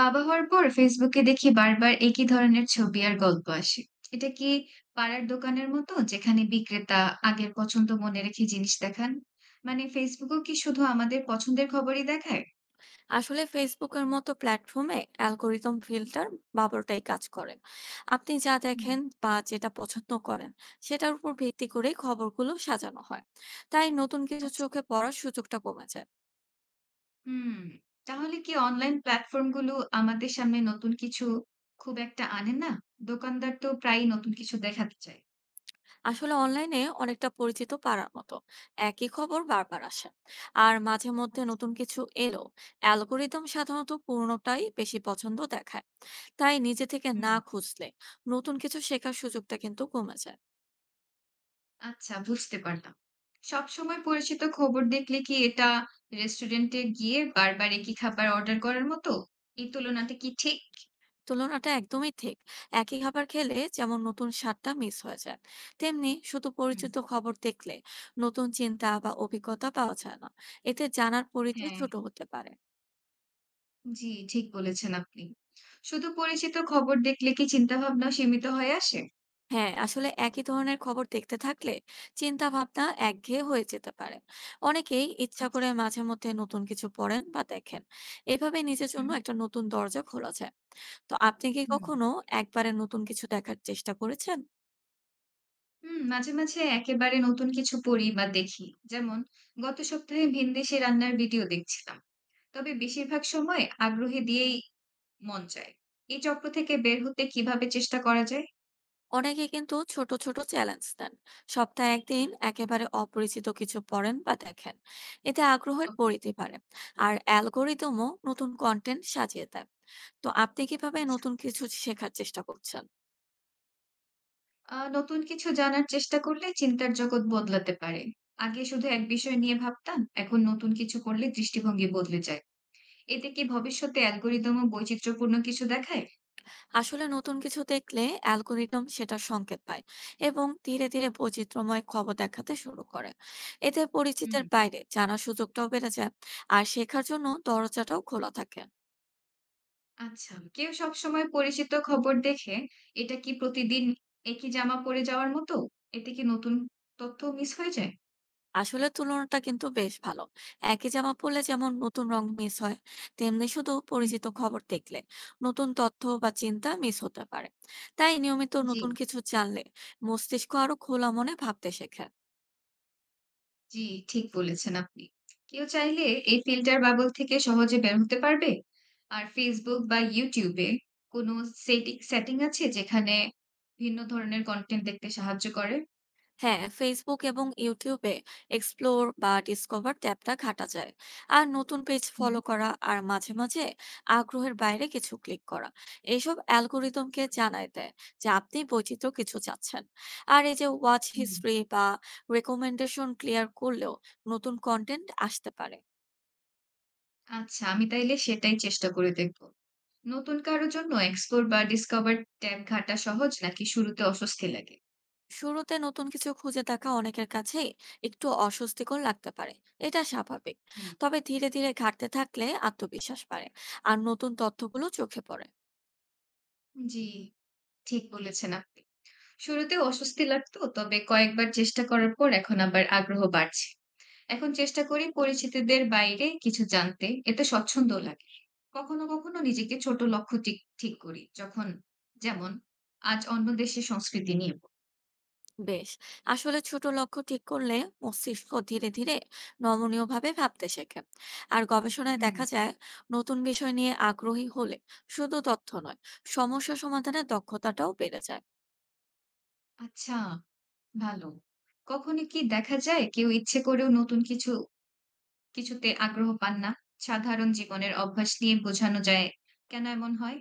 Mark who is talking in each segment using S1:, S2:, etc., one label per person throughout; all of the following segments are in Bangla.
S1: বাবা হওয়ার পর ফেসবুকে দেখি বারবার একই ধরনের ছবি আর গল্প আসে। এটা কি পাড়ার দোকানের মতো যেখানে বিক্রেতা আগের পছন্দ মনে রেখে জিনিস দেখান? মানে ফেসবুকও কি শুধু আমাদের পছন্দের খবরই দেখায়?
S2: আসলে ফেসবুকের মতো প্ল্যাটফর্মে অ্যালগোরিদম ফিল্টার বারোটাই কাজ করেন। আপনি যা
S1: হুম।
S2: দেখেন বা যেটা পছন্দ করেন সেটার উপর ভিত্তি করেই খবরগুলো সাজানো হয়। তাই নতুন কিছু
S1: আচ্ছা।
S2: চোখে পড়ার সুযোগটা কমে যায়।
S1: হুম। তাহলে কি অনলাইন প্ল্যাটফর্মগুলো আমাদের সামনে নতুন কিছু খুব একটা আনে না? দোকানদার তো প্রায়ই নতুন কিছু দেখাতে চায়।
S2: আসলে অনলাইনে অনেকটা পরিচিত পাড়ার মতো, একই খবর বারবার আসে আর মাঝে মধ্যে
S1: আচ্ছা।
S2: নতুন কিছু এলো। অ্যালগোরিদম সাধারণত পুরনোটাই বেশি পছন্দ দেখায়, তাই নিজে থেকে
S1: হুম।
S2: না খুঁজলে নতুন কিছু শেখার সুযোগটা কিন্তু কমে যায়।
S1: আচ্ছা, বুঝতে পারলাম। সবসময় পরিচিত খবর দেখলে কি এটা রেস্টুরেন্টে গিয়ে বারবার একই খাবার অর্ডার করার মতো? এই তুলনাটা কি ঠিক?
S2: তুলনাটা একদমই ঠিক। একই খাবার খেলে যেমন নতুন স্বাদটা মিস হয়ে যায়, তেমনি শুধু
S1: হুম।
S2: পরিচিত খবর দেখলে নতুন চিন্তা বা অভিজ্ঞতা পাওয়া যায় না। এতে জানার পরিধি
S1: হ্যাঁ,
S2: ছোট হতে পারে।
S1: জি ঠিক বলেছেন আপনি। শুধু পরিচিত খবর দেখলে কি চিন্তাভাবনা সীমিত হয়ে আসে?
S2: হ্যাঁ, আসলে একই ধরনের খবর দেখতে থাকলে চিন্তা ভাবনা একঘেয়ে হয়ে যেতে পারে। অনেকেই ইচ্ছা
S1: আচ্ছা।
S2: করে মাঝে মধ্যে নতুন কিছু পড়েন বা দেখেন। এভাবে নিজের জন্য
S1: হুম।
S2: একটা নতুন দরজা খোলা যায়। তো আপনি কি
S1: হুম,
S2: কখনো একবারে নতুন কিছু দেখার চেষ্টা করেছেন?
S1: হুম, মাঝে, মাঝে একেবারে নতুন কিছু পড়ি বা দেখি। যেমন গত সপ্তাহে ভিনদেশী রান্নার ভিডিও দেখছিলাম। তবে বেশিরভাগ সময় আগ্রহী দিয়েই মন চায়। এই চক্র থেকে বের হতে কিভাবে চেষ্টা করা যায়?
S2: অনেকে কিন্তু ছোট ছোট চ্যালেঞ্জ নেন, সপ্তাহে একদিন একেবারে অপরিচিত কিছু পড়েন বা দেখেন। এতে আগ্রহের
S1: ওকে।
S2: পরিধি বাড়ে আর অ্যালগোরিদমও নতুন কন্টেন্ট সাজিয়ে দেয়। তো আপনি কিভাবে
S1: আচ্ছা।
S2: নতুন কিছু শেখার চেষ্টা করছেন?
S1: নতুন কিছু জানার চেষ্টা করলে চিন্তার জগৎ বদলাতে পারে। আগে শুধু এক বিষয় নিয়ে ভাবতাম, এখন নতুন কিছু করলে দৃষ্টিভঙ্গি বদলে যায়। এতে কি ভবিষ্যতে অ্যালগরিদমও বৈচিত্র্যপূর্ণ কিছু দেখায়?
S2: আসলে নতুন কিছু দেখলে অ্যালগোরিদম সেটা সংকেত পায় এবং ধীরে ধীরে বৈচিত্র্যময় খবর দেখাতে শুরু করে। এতে
S1: হুম।
S2: পরিচিতের বাইরে জানার সুযোগটাও বেড়ে যায় আর শেখার জন্য দরজাটাও খোলা থাকে।
S1: আচ্ছা। কেউ সবসময় পরিচিত খবর দেখে, এটা কি প্রতিদিন একই জামা পরে যাওয়ার মতো? এতে কি নতুন তথ্য মিস হয়ে যায়?
S2: আসলে তুলনাটা কিন্তু বেশ ভালো। একই জামা পরলে যেমন নতুন রং মিস হয়, তেমনি শুধু
S1: হুম,
S2: পরিচিত খবর দেখলে নতুন তথ্য বা চিন্তা মিস হতে পারে। তাই নিয়মিত
S1: জি।
S2: নতুন কিছু জানলে মস্তিষ্ক আরো খোলা মনে ভাবতে শেখে।
S1: জি, ঠিক বলেছেন আপনি। কেউ চাইলে এই ফিল্টার বাবল থেকে সহজে বের হতে পারবে। আর Facebook বা YouTube এ কোনো সেটিং আছে যেখানে ভিন্ন ধরনের কনটেন্ট দেখতে সাহায্য করে?
S2: হ্যাঁ, ফেসবুক এবং ইউটিউবে এক্সপ্লোর বা ডিসকভার ট্যাবটা ঘাটা যায়। আর নতুন পেজ
S1: হুম।
S2: ফলো করা আর মাঝে মাঝে আগ্রহের বাইরে কিছু ক্লিক করা, এইসব অ্যালগোরিদমকে
S1: আচ্ছা।
S2: জানায় দেয় যে আপনি বৈচিত্র্য কিছু চাচ্ছেন। আর এই যে ওয়াচ
S1: হুম।
S2: হিস্ট্রি বা রেকমেন্ডেশন ক্লিয়ার করলেও নতুন কন্টেন্ট আসতে পারে।
S1: আচ্ছা, আমি তাইলে সেটাই চেষ্টা করে দেখব। নতুন কারো জন্য এক্সপ্লোর বা ডিসকভার ট্যাব ঘাটা সহজ নাকি শুরুতে অস্বস্তি লাগে?
S2: শুরুতে নতুন কিছু খুঁজে দেখা অনেকের কাছেই একটু অস্বস্তিকর লাগতে পারে। এটা স্বাভাবিক।
S1: হুম।
S2: তবে ধীরে ধীরে ঘাটতে থাকলে আত্মবিশ্বাস বাড়ে আর নতুন তথ্যগুলো চোখে পড়ে।
S1: জি, ঠিক বলেছেন আপনি। শুরুতে অস্বস্তি লাগতো, তবে কয়েকবার চেষ্টা করার পর এখন আবার আগ্রহ বাড়ছে। এখন চেষ্টা করি পরিচিতিদের বাইরে কিছু জানতে। এতে স্বচ্ছন্দও লাগে। কখনো, কখনো নিজেকে ছোট লক্ষ্য ঠিক করি। যখন যেমন, আজ অন্য দেশের সংস্কৃতি নিয়ে প
S2: বেশ। আসলে ছোট লক্ষ্য ঠিক করলে মস্তিষ্ক ধীরে ধীরে নমনীয় ভাবে ভাবতে শেখে। আর গবেষণায়
S1: হুম,
S2: দেখা যায় নতুন বিষয় নিয়ে আগ্রহী হলে শুধু তথ্য নয়, সমস্যা সমাধানের দক্ষতাটাও বেড়ে যায়।
S1: আচ্ছা ভালো। কখনো কি দেখা যায় কেউ ইচ্ছে করেও নতুন কিছুতে আগ্রহ পান না? সাধারণ জীবনের অভ্যাস নিয়ে বোঝানো যায় কেন এমন হয়?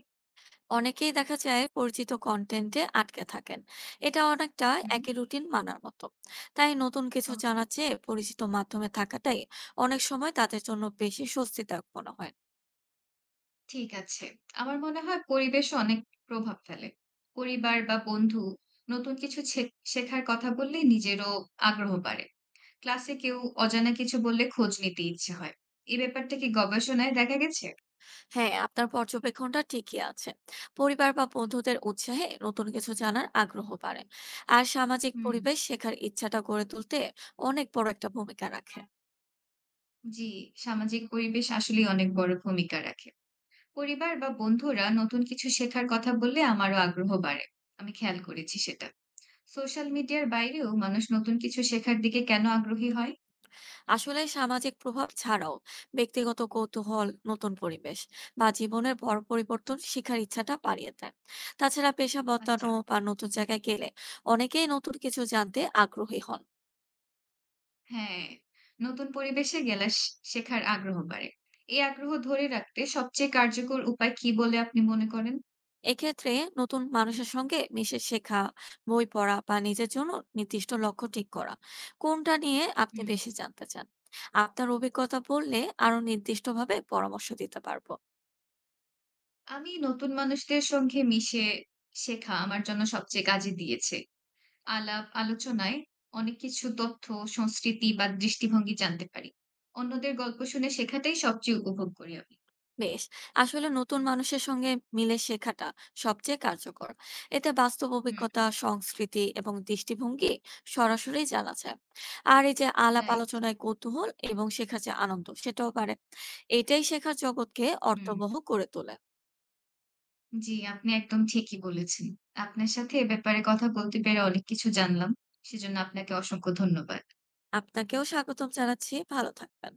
S2: অনেকেই দেখা যায় পরিচিত কন্টেন্টে আটকে থাকেন। এটা অনেকটা
S1: হুম,
S2: একই রুটিন মানার মতো। তাই নতুন কিছু
S1: ওকে।
S2: জানার চেয়ে পরিচিত মাধ্যমে থাকাটাই অনেক সময় তাদের জন্য বেশি স্বস্তিদায়ক মনে হয়।
S1: ঠিক আছে। আমার মনে হয় পরিবেশও অনেক প্রভাব ফেলে। পরিবার বা বন্ধু নতুন কিছু শেখার কথা বললে নিজেরও আগ্রহ বাড়ে। ক্লাসে কেউ অজানা কিছু বললে খোঁজ নিতে ইচ্ছে হয়। এই ব্যাপারটা কি গবেষণায় দেখা গেছে?
S2: হ্যাঁ, আপনার পর্যবেক্ষণটা ঠিকই আছে। পরিবার বা বন্ধুদের উৎসাহে নতুন কিছু জানার আগ্রহ বাড়ে। আর সামাজিক
S1: হুম,
S2: পরিবেশ শেখার ইচ্ছাটা গড়ে তুলতে অনেক বড় একটা ভূমিকা রাখে।
S1: জি, সামাজিক পরিবেশ আসলেই অনেক বড় ভূমিকা রাখে। পরিবার বা বন্ধুরা নতুন কিছু শেখার কথা বললে আমারও আগ্রহ বাড়ে। আমি খেয়াল করেছি সেটা। সোশ্যাল মিডিয়ার বাইরেও মানুষ নতুন কিছু শেখার দিকে কেন আগ্রহী হয়?
S2: আসলে সামাজিক প্রভাব ছাড়াও ব্যক্তিগত কৌতূহল, নতুন পরিবেশ বা জীবনের বড় পরিবর্তন শেখার ইচ্ছাটা বাড়িয়ে দেয়। তাছাড়া পেশা বদলানো
S1: আচ্ছা।
S2: বা নতুন জায়গায় গেলে অনেকেই নতুন কিছু জানতে আগ্রহী হন।
S1: হ্যাঁ, নতুন পরিবেশে গেলে শেখার আগ্রহ বাড়ে। এই আগ্রহ ধরে রাখতে সবচেয়ে কার্যকর উপায় কি বলে আপনি মনে করেন?
S2: এক্ষেত্রে নতুন মানুষের সঙ্গে মিশে শেখা, বই পড়া বা নিজের জন্য নির্দিষ্ট লক্ষ্য ঠিক করা— কোনটা নিয়ে আপনি
S1: হুম।
S2: বেশি জানতে চান? আপনার অভিজ্ঞতা বললে আরো নির্দিষ্টভাবে পরামর্শ দিতে পারবো।
S1: আমি নতুন মানুষদের সঙ্গে মিশে শেখা আমার জন্য সবচেয়ে কাজে দিয়েছে। আলাপ আলোচনায় অনেক কিছু তথ্য, সংস্কৃতি বা দৃষ্টিভঙ্গি জানতে পারি। অন্যদের গল্প শুনে শেখাটাই সবচেয়ে উপভোগ করি আমি।
S2: বেশ। আসলে নতুন মানুষের সঙ্গে মিলে শেখাটা সবচেয়ে কার্যকর। এতে বাস্তব
S1: হুম।
S2: অভিজ্ঞতা, সংস্কৃতি এবং দৃষ্টিভঙ্গি সরাসরি জানা যায়। আর এই যে আলাপ
S1: রাইট।
S2: আলোচনায় কৌতূহল এবং শেখার যে আনন্দ সেটাও বাড়ে। এটাই শেখার জগৎকে
S1: হুম।
S2: অর্থবহ করে তোলে।
S1: জি, আপনি একদম ঠিকই বলেছেন। আপনার সাথে এ ব্যাপারে কথা বলতে পেরে অনেক কিছু জানলাম। সেজন্য আপনাকে অসংখ্য ধন্যবাদ।
S2: আপনাকেও স্বাগতম জানাচ্ছি। ভালো থাকবেন।